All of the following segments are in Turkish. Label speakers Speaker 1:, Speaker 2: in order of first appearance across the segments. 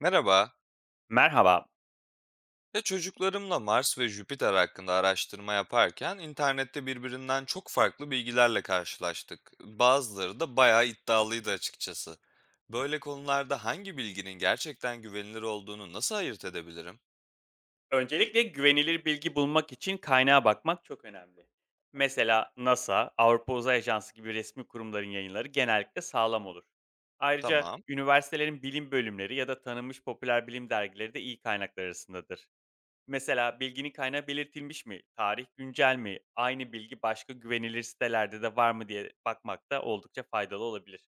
Speaker 1: Merhaba.
Speaker 2: Merhaba.
Speaker 1: Ya çocuklarımla Mars ve Jüpiter hakkında araştırma yaparken internette birbirinden çok farklı bilgilerle karşılaştık. Bazıları da bayağı iddialıydı açıkçası. Böyle konularda hangi bilginin gerçekten güvenilir olduğunu nasıl ayırt edebilirim?
Speaker 2: Öncelikle güvenilir bilgi bulmak için kaynağa bakmak çok önemli. Mesela NASA, Avrupa Uzay Ajansı gibi resmi kurumların yayınları genellikle sağlam olur. Ayrıca
Speaker 1: Tamam,
Speaker 2: üniversitelerin bilim bölümleri ya da tanınmış popüler bilim dergileri de iyi kaynaklar arasındadır. Mesela bilginin kaynağı belirtilmiş mi, tarih güncel mi, aynı bilgi başka güvenilir sitelerde de var mı diye bakmak da oldukça faydalı olabilir.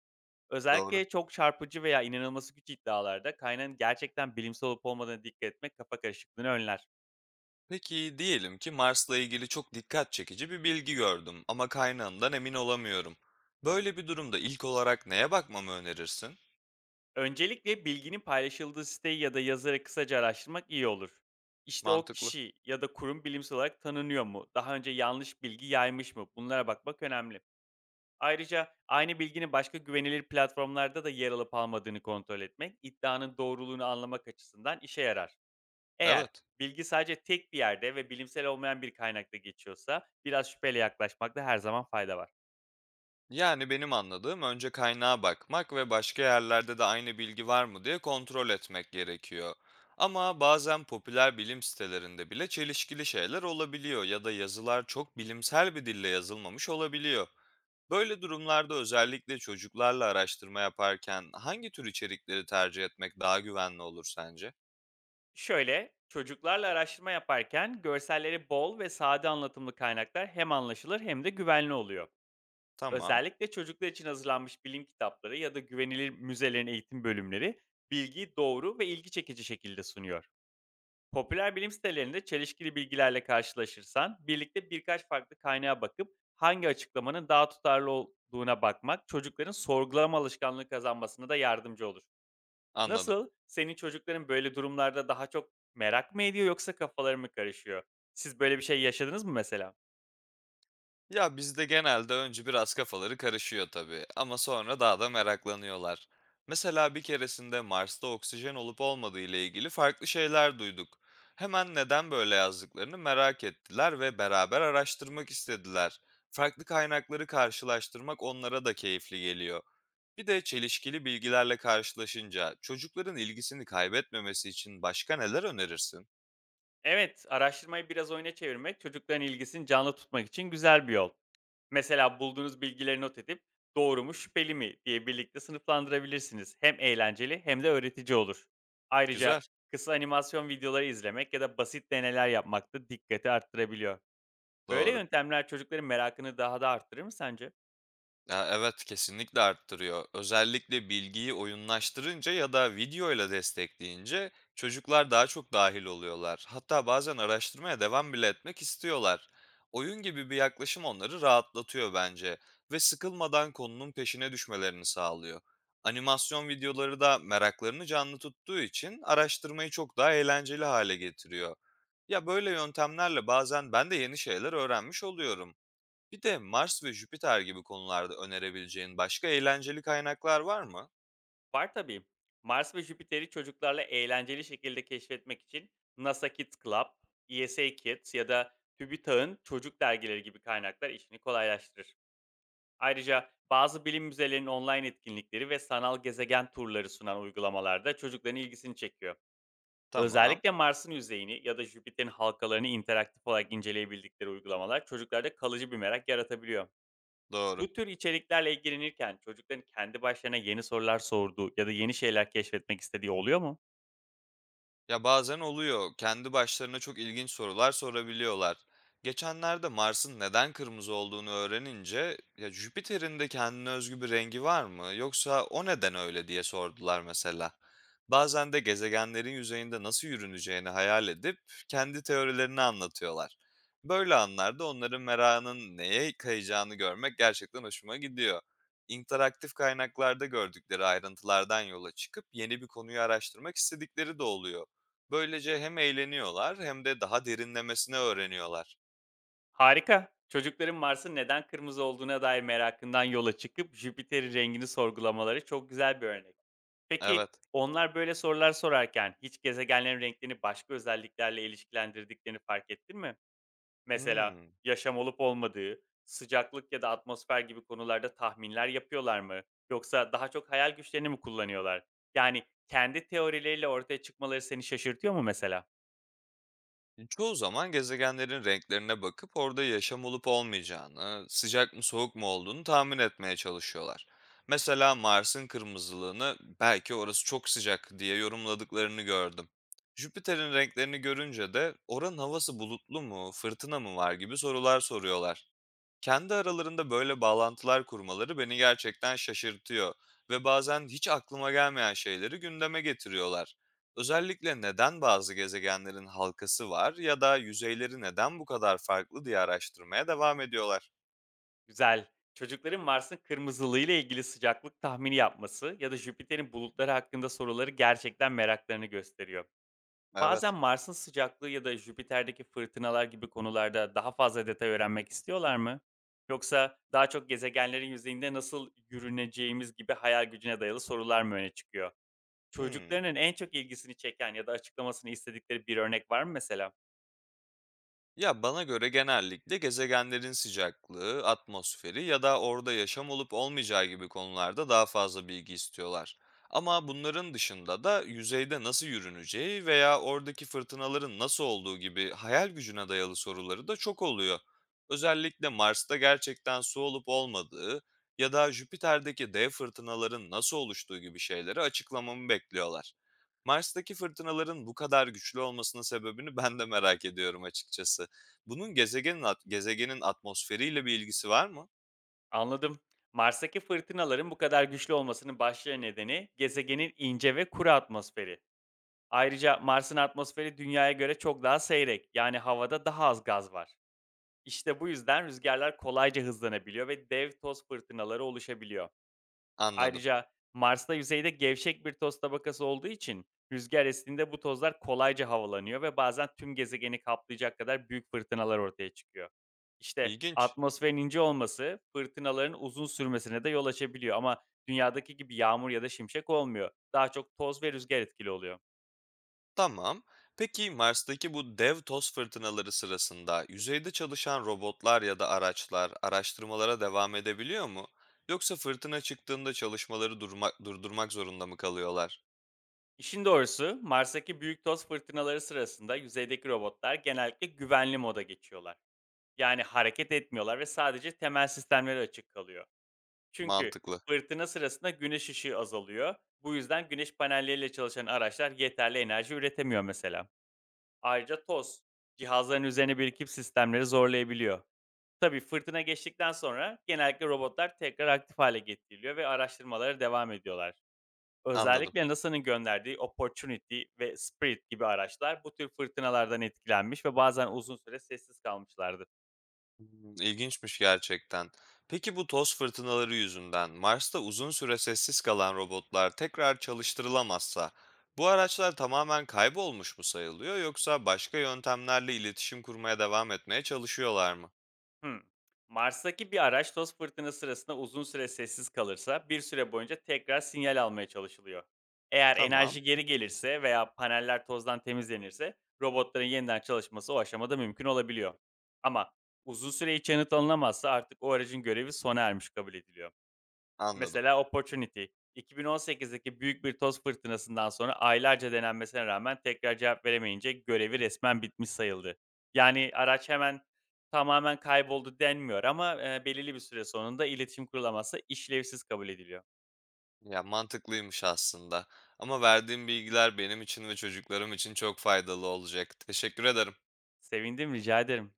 Speaker 1: doğru.
Speaker 2: Özellikle çok çarpıcı veya inanılması güç iddialarda kaynağın gerçekten bilimsel olup olmadığına dikkat etmek kafa karışıklığını önler.
Speaker 1: Peki diyelim ki Mars'la ilgili çok dikkat çekici bir bilgi gördüm ama kaynağından emin olamıyorum. Böyle bir durumda ilk olarak neye bakmamı önerirsin?
Speaker 2: Öncelikle bilginin paylaşıldığı siteyi ya da yazarı kısaca araştırmak iyi olur. İşte o
Speaker 1: Mantıklı.
Speaker 2: kişi ya da kurum bilimsel olarak tanınıyor mu? Daha önce yanlış bilgi yaymış mı? Bunlara bakmak önemli. Ayrıca aynı bilginin başka güvenilir platformlarda da yer alıp almadığını kontrol etmek iddianın doğruluğunu anlamak açısından işe yarar. Eğer
Speaker 1: Evet.
Speaker 2: bilgi sadece tek bir yerde ve bilimsel olmayan bir kaynakta geçiyorsa biraz şüpheyle yaklaşmakta her zaman fayda var.
Speaker 1: Yani benim anladığım önce kaynağa bakmak ve başka yerlerde de aynı bilgi var mı diye kontrol etmek gerekiyor. Ama bazen popüler bilim sitelerinde bile çelişkili şeyler olabiliyor ya da yazılar çok bilimsel bir dille yazılmamış olabiliyor. Böyle durumlarda özellikle çocuklarla araştırma yaparken hangi tür içerikleri tercih etmek daha güvenli olur sence?
Speaker 2: Şöyle, çocuklarla araştırma yaparken görselleri bol ve sade anlatımlı kaynaklar hem anlaşılır hem de güvenli oluyor.
Speaker 1: Tamam,
Speaker 2: Özellikle çocuklar için hazırlanmış bilim kitapları ya da güvenilir müzelerin eğitim bölümleri bilgiyi doğru ve ilgi çekici şekilde sunuyor. Popüler bilim sitelerinde çelişkili bilgilerle karşılaşırsan, birlikte birkaç farklı kaynağa bakıp hangi açıklamanın daha tutarlı olduğuna bakmak çocukların sorgulama alışkanlığı kazanmasına da yardımcı olur.
Speaker 1: anladım.
Speaker 2: Nasıl? Senin çocukların böyle durumlarda daha çok merak mı ediyor yoksa kafaları mı karışıyor? Siz böyle bir şey yaşadınız mı mesela?
Speaker 1: Ya bizde genelde önce biraz kafaları karışıyor tabii ama sonra daha da meraklanıyorlar. Mesela bir keresinde Mars'ta oksijen olup olmadığı ile ilgili farklı şeyler duyduk. Hemen neden böyle yazdıklarını merak ettiler ve beraber araştırmak istediler. Farklı kaynakları karşılaştırmak onlara da keyifli geliyor. Bir de çelişkili bilgilerle karşılaşınca çocukların ilgisini kaybetmemesi için başka neler önerirsin?
Speaker 2: Evet, araştırmayı biraz oyuna çevirmek çocukların ilgisini canlı tutmak için güzel bir yol. Mesela bulduğunuz bilgileri not edip "Doğru mu, şüpheli mi?" diye birlikte sınıflandırabilirsiniz. Hem eğlenceli hem de öğretici olur.
Speaker 1: Güzel,
Speaker 2: Ayrıca kısa animasyon videoları izlemek ya da basit deneler yapmak da dikkati arttırabiliyor. Böyle
Speaker 1: doğru.
Speaker 2: yöntemler çocukların merakını daha da arttırır mı sence?
Speaker 1: Ya, evet, kesinlikle arttırıyor. Özellikle bilgiyi oyunlaştırınca ya da videoyla destekleyince çocuklar daha çok dahil oluyorlar. Hatta bazen araştırmaya devam bile etmek istiyorlar. Oyun gibi bir yaklaşım onları rahatlatıyor bence ve sıkılmadan konunun peşine düşmelerini sağlıyor. Animasyon videoları da meraklarını canlı tuttuğu için araştırmayı çok daha eğlenceli hale getiriyor. Ya, böyle yöntemlerle bazen ben de yeni şeyler öğrenmiş oluyorum. Bir de Mars ve Jüpiter gibi konularda önerebileceğin başka eğlenceli kaynaklar var mı?
Speaker 2: Var tabii. Mars ve Jüpiter'i çocuklarla eğlenceli şekilde keşfetmek için NASA Kids Club, ESA Kids ya da TÜBİTAK'ın çocuk dergileri gibi kaynaklar işini kolaylaştırır. Ayrıca bazı bilim müzelerinin online etkinlikleri ve sanal gezegen turları sunan uygulamalarda çocukların ilgisini çekiyor.
Speaker 1: Tamam,
Speaker 2: Özellikle Mars'ın yüzeyini ya da Jüpiter'in halkalarını interaktif olarak inceleyebildikleri uygulamalar çocuklarda kalıcı bir merak yaratabiliyor.
Speaker 1: doğru.
Speaker 2: Bu tür içeriklerle ilgilenirken çocukların kendi başlarına yeni sorular sorduğu ya da yeni şeyler keşfetmek istediği oluyor mu?
Speaker 1: Ya bazen oluyor. Kendi başlarına çok ilginç sorular sorabiliyorlar. Geçenlerde Mars'ın neden kırmızı olduğunu öğrenince, ya Jüpiter'in de kendine özgü bir rengi var mı? Yoksa o neden öyle diye sordular mesela. Bazen de gezegenlerin yüzeyinde nasıl yürüneceğini hayal edip kendi teorilerini anlatıyorlar. Böyle anlarda onların merakının neye kayacağını görmek gerçekten hoşuma gidiyor. İnteraktif kaynaklarda gördükleri ayrıntılardan yola çıkıp yeni bir konuyu araştırmak istedikleri de oluyor. Böylece hem eğleniyorlar hem de daha derinlemesine öğreniyorlar.
Speaker 2: Harika. Çocukların Mars'ın neden kırmızı olduğuna dair merakından yola çıkıp Jüpiter'in rengini sorgulamaları çok güzel bir örnek. Peki
Speaker 1: Evet.
Speaker 2: onlar böyle sorular sorarken hiç gezegenlerin renklerini başka özelliklerle ilişkilendirdiklerini fark ettin mi? Mesela
Speaker 1: Hmm,
Speaker 2: yaşam olup olmadığı, sıcaklık ya da atmosfer gibi konularda tahminler yapıyorlar mı? Yoksa daha çok hayal güçlerini mi kullanıyorlar? Yani kendi teorileriyle ortaya çıkmaları seni şaşırtıyor mu mesela?
Speaker 1: Çoğu zaman gezegenlerin renklerine bakıp orada yaşam olup olmayacağını, sıcak mı soğuk mu olduğunu tahmin etmeye çalışıyorlar. Mesela Mars'ın kırmızılığını belki orası çok sıcak diye yorumladıklarını gördüm. Jüpiter'in renklerini görünce de oranın havası bulutlu mu, fırtına mı var gibi sorular soruyorlar. Kendi aralarında böyle bağlantılar kurmaları beni gerçekten şaşırtıyor ve bazen hiç aklıma gelmeyen şeyleri gündeme getiriyorlar. Özellikle neden bazı gezegenlerin halkası var ya da yüzeyleri neden bu kadar farklı diye araştırmaya devam ediyorlar.
Speaker 2: Güzel. Çocukların Mars'ın kırmızılığıyla ilgili sıcaklık tahmini yapması ya da Jüpiter'in bulutları hakkında soruları gerçekten meraklarını gösteriyor. Bazen
Speaker 1: Evet.
Speaker 2: Mars'ın sıcaklığı ya da Jüpiter'deki fırtınalar gibi konularda daha fazla detay öğrenmek istiyorlar mı? Yoksa daha çok gezegenlerin yüzeyinde nasıl yürüneceğimiz gibi hayal gücüne dayalı sorular mı öne çıkıyor?
Speaker 1: Hmm.
Speaker 2: Çocuklarının en çok ilgisini çeken ya da açıklamasını istedikleri bir örnek var mı mesela?
Speaker 1: Ya bana göre genellikle gezegenlerin sıcaklığı, atmosferi ya da orada yaşam olup olmayacağı gibi konularda daha fazla bilgi istiyorlar. Ama bunların dışında da yüzeyde nasıl yürüneceği veya oradaki fırtınaların nasıl olduğu gibi hayal gücüne dayalı soruları da çok oluyor. Özellikle Mars'ta gerçekten su olup olmadığı ya da Jüpiter'deki dev fırtınaların nasıl oluştuğu gibi şeyleri açıklamamı bekliyorlar. Mars'taki fırtınaların bu kadar güçlü olmasının sebebini ben de merak ediyorum açıkçası. Bunun gezegenin atmosferiyle bir ilgisi var mı?
Speaker 2: Anladım. Mars'taki fırtınaların bu kadar güçlü olmasının başlıca nedeni gezegenin ince ve kuru atmosferi. Ayrıca Mars'ın atmosferi Dünya'ya göre çok daha seyrek, yani havada daha az gaz var. İşte bu yüzden rüzgarlar kolayca hızlanabiliyor ve dev toz fırtınaları oluşabiliyor.
Speaker 1: Anladım.
Speaker 2: Ayrıca Mars'ta yüzeyde gevşek bir toz tabakası olduğu için rüzgar estiğinde bu tozlar kolayca havalanıyor ve bazen tüm gezegeni kaplayacak kadar büyük fırtınalar ortaya çıkıyor. İşte
Speaker 1: İlginç.
Speaker 2: atmosferin ince olması fırtınaların uzun sürmesine de yol açabiliyor ama dünyadaki gibi yağmur ya da şimşek olmuyor. Daha çok toz ve rüzgar etkili oluyor.
Speaker 1: Tamam. Peki Mars'taki bu dev toz fırtınaları sırasında yüzeyde çalışan robotlar ya da araçlar araştırmalara devam edebiliyor mu? Yoksa fırtına çıktığında çalışmaları durdurmak zorunda mı kalıyorlar?
Speaker 2: İşin doğrusu Mars'taki büyük toz fırtınaları sırasında yüzeydeki robotlar genellikle güvenli moda geçiyorlar. Yani hareket etmiyorlar ve sadece temel sistemleri açık kalıyor. Çünkü
Speaker 1: Mantıklı.
Speaker 2: fırtına sırasında güneş ışığı azalıyor. Bu yüzden güneş panelleriyle çalışan araçlar yeterli enerji üretemiyor mesela. Ayrıca toz cihazların üzerine birikip sistemleri zorlayabiliyor. Tabii fırtına geçtikten sonra genellikle robotlar tekrar aktif hale getiriliyor ve araştırmalara devam ediyorlar.
Speaker 1: Anladım.
Speaker 2: Özellikle NASA'nın gönderdiği Opportunity ve Spirit gibi araçlar bu tür fırtınalardan etkilenmiş ve bazen uzun süre sessiz kalmışlardı.
Speaker 1: Hımm, ilginçmiş gerçekten. Peki bu toz fırtınaları yüzünden Mars'ta uzun süre sessiz kalan robotlar tekrar çalıştırılamazsa bu araçlar tamamen kaybolmuş mu sayılıyor yoksa başka yöntemlerle iletişim kurmaya devam etmeye çalışıyorlar mı?
Speaker 2: Hımm. Mars'taki bir araç toz fırtınası sırasında uzun süre sessiz kalırsa bir süre boyunca tekrar sinyal almaya çalışılıyor. Eğer
Speaker 1: Tamam,
Speaker 2: enerji geri gelirse veya paneller tozdan temizlenirse robotların yeniden çalışması o aşamada mümkün olabiliyor. Ama uzun süre hiç yanıt alınamazsa artık o aracın görevi sona ermiş kabul ediliyor.
Speaker 1: anladım.
Speaker 2: Mesela Opportunity. 2018'deki büyük bir toz fırtınasından sonra aylarca denenmesine rağmen tekrar cevap veremeyince görevi resmen bitmiş sayıldı. Yani araç hemen tamamen kayboldu denmiyor ama, belirli bir süre sonunda iletişim kurulamazsa işlevsiz kabul ediliyor.
Speaker 1: Ya mantıklıymış aslında ama verdiğim bilgiler benim için ve çocuklarım için çok faydalı olacak. Teşekkür ederim.
Speaker 2: Sevindim, rica ederim.